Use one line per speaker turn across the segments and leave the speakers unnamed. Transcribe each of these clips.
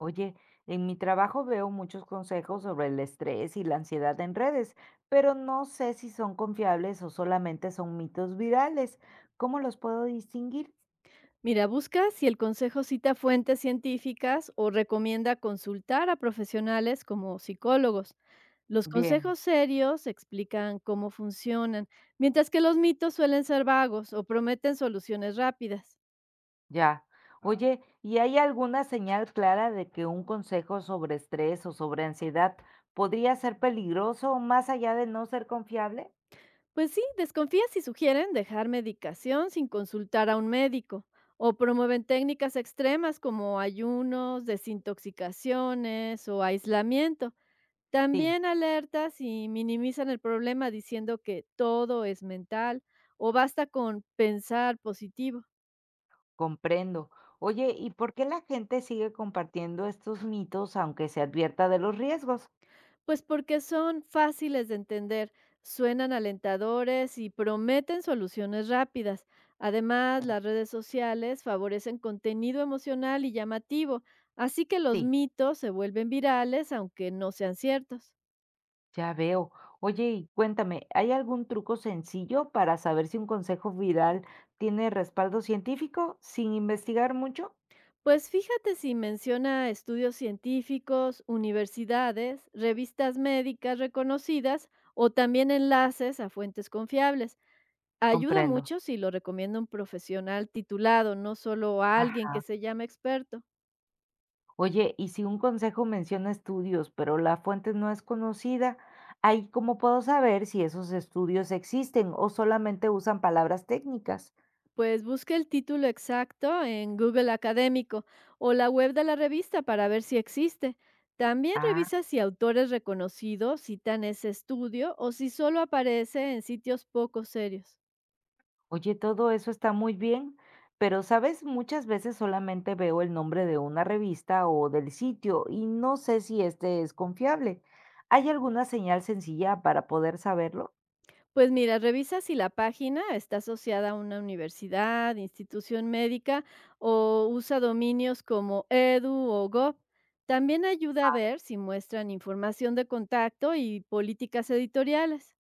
Oye, en mi trabajo veo muchos consejos sobre el estrés y la ansiedad en redes, pero no sé si son confiables o solamente son mitos virales. ¿Cómo los puedo distinguir?
Mira, busca si el consejo cita fuentes científicas o recomienda consultar a profesionales como psicólogos. Los
Bien,
consejos serios explican cómo funcionan, mientras que los mitos suelen ser vagos o prometen soluciones rápidas.
ya. Oye, ¿y hay alguna señal clara de que un consejo sobre estrés o sobre ansiedad podría ser peligroso más allá de no ser confiable?
Pues sí, desconfía si sugieren dejar medicación sin consultar a un médico o promueven técnicas extremas como ayunos, desintoxicaciones o aislamiento.
Sí,
También alertas y minimizan el problema diciendo que todo es mental o basta con pensar positivo,
comprendo. Oye, ¿y por qué la gente sigue compartiendo estos mitos aunque se advierta de los riesgos?
pues porque son fáciles de entender, suenan alentadores y prometen soluciones rápidas. Además,
Bien.
las redes sociales favorecen contenido emocional y llamativo, así que los
Sí.
mitos se vuelven virales aunque no sean ciertos.
Ya veo. Oye, y cuéntame, ¿hay algún truco sencillo para saber si un consejo viral tiene respaldo científico sin investigar mucho?
Pues fíjate si menciona estudios científicos, universidades, revistas médicas reconocidas o también enlaces a fuentes confiables. Ayuda
Comprendo.
mucho si lo recomienda un profesional titulado, no solo a alguien
Ajá.
que se llama experto.
Oye, y si un consejo menciona estudios, pero la fuente no es conocida, ¿ahí cómo puedo saber si esos estudios existen o solamente usan palabras técnicas?
Pues busca el título exacto en Google Académico o la web de la revista para ver si existe. También
Ah.
revisa si autores reconocidos citan ese estudio o si solo aparece en sitios poco serios.
Oye, todo eso está muy bien, pero sabes, muchas veces solamente veo el nombre de una revista o del sitio y no sé si este es confiable. ¿Hay alguna señal sencilla para poder saberlo?
Pues mira, revisa si la página está asociada a una universidad, institución médica o usa dominios como edu o gov. También ayuda a ver si muestran información de contacto y políticas editoriales.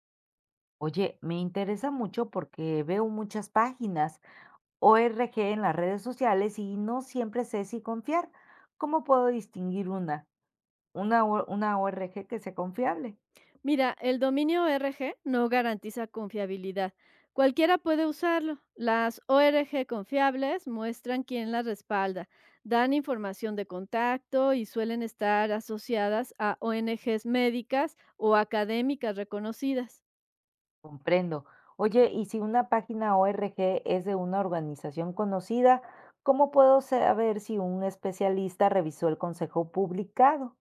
Oye, me interesa mucho porque veo muchas páginas ORG en las redes sociales y no siempre sé si confiar. ¿Cómo puedo distinguir una ORG que sea confiable?
Mira, el dominio RG no garantiza confiabilidad. Cualquiera puede usarlo. Las ORG confiables muestran quién las respalda, dan información de contacto y suelen estar asociadas a ONGs médicas o académicas reconocidas.
Comprendo. Oye, y si una página ORG es de una organización conocida, ¿cómo puedo saber si un especialista revisó el consejo publicado?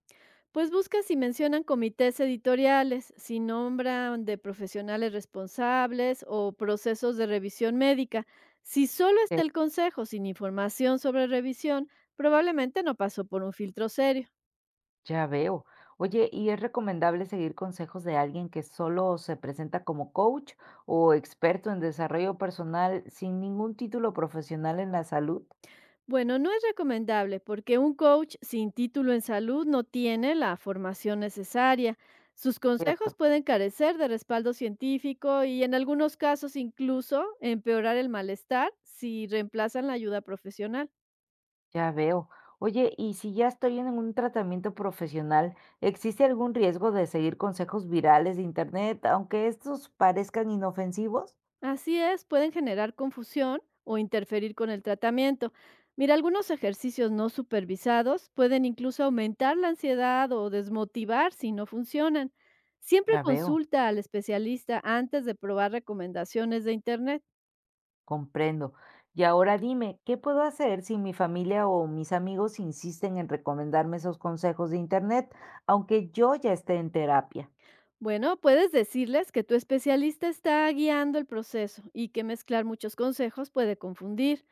Pues busca si mencionan comités editoriales, si nombran de profesionales responsables o procesos de revisión médica. Si solo
Eh,
está el consejo sin información sobre revisión, probablemente no pasó por un filtro serio.
Ya veo. Oye, ¿y es recomendable seguir consejos de alguien que solo se presenta como coach o experto en desarrollo personal sin ningún título profesional en la salud?
Bueno, no es recomendable porque un coach sin título en salud no tiene la formación necesaria. Sus consejos
Cierto.
pueden carecer de respaldo científico y en algunos casos incluso empeorar el malestar si reemplazan la ayuda profesional.
Ya veo. Oye, y si ya estoy en un tratamiento profesional, ¿existe algún riesgo de seguir consejos virales de internet, aunque estos parezcan inofensivos?
Así es, pueden generar confusión o interferir con el tratamiento. Mira, algunos ejercicios no supervisados pueden incluso aumentar la ansiedad o desmotivar si no funcionan. Siempre
Ya veo,
consulta al especialista antes de probar recomendaciones de Internet.
comprendo. Y ahora dime, ¿qué puedo hacer si mi familia o mis amigos insisten en recomendarme esos consejos de internet, aunque yo ya esté en terapia?
Bueno, puedes decirles que tu especialista está guiando el proceso y que mezclar muchos consejos puede confundir.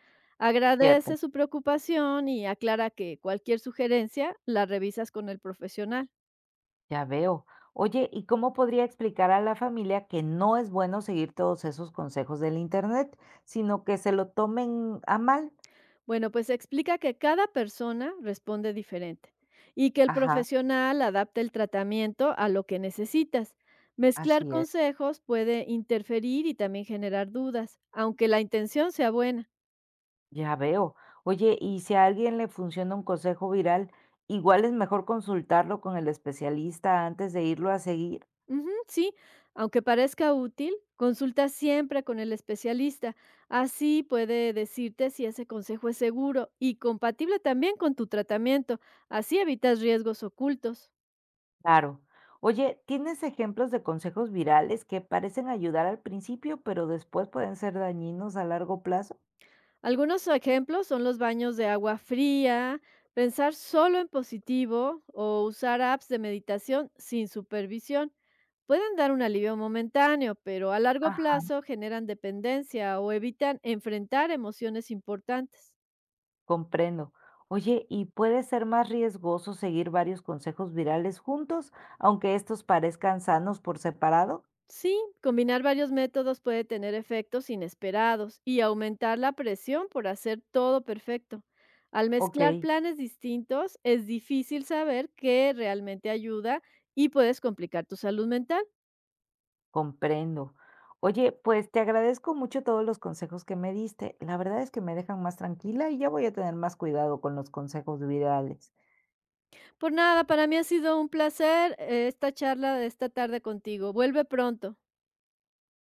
Cierto,
Agradece su preocupación y aclara que cualquier sugerencia la revisas con el profesional.
ya veo. Oye, ¿y cómo podría explicar a la familia que no es bueno seguir todos esos consejos del internet, sino que se lo tomen a mal?
Bueno, pues explica que cada persona responde diferente y que el
Ajá,
profesional adapta el tratamiento a lo que necesitas. Mezclar
así es,
consejos puede interferir y también generar dudas, aunque la intención sea buena.
ya veo. Oye, y si a alguien le funciona un consejo viral, igual es mejor consultarlo con el especialista antes de irlo a seguir.
Ujú, sí, aunque parezca útil, consulta siempre con el especialista. Así puede decirte si ese consejo es seguro y compatible también con tu tratamiento. Así evitas riesgos ocultos.
Claro. Oye, ¿tienes ejemplos de consejos virales que parecen ayudar al principio, pero después pueden ser dañinos a largo plazo?
Algunos ejemplos son los baños de agua fría, pensar solo en positivo o usar apps de meditación sin supervisión. Pueden dar un alivio momentáneo, pero a largo
Ajá,
plazo generan dependencia o evitan enfrentar emociones importantes.
comprendo. Oye, ¿y puede ser más riesgoso seguir varios consejos virales juntos, aunque estos parezcan sanos por separado?
Sí, combinar varios métodos puede tener efectos inesperados y aumentar la presión por hacer todo perfecto. Al
Ok.
mezclar planes distintos, es difícil saber qué realmente ayuda y puedes complicar tu salud mental.
Comprendo. Oye, pues te agradezco mucho todos los consejos que me diste. La verdad es que me dejan más tranquila y ya voy a tener más cuidado con los consejos virales.
Por nada, para mí ha sido un placer esta charla de esta tarde contigo. Vuelve pronto.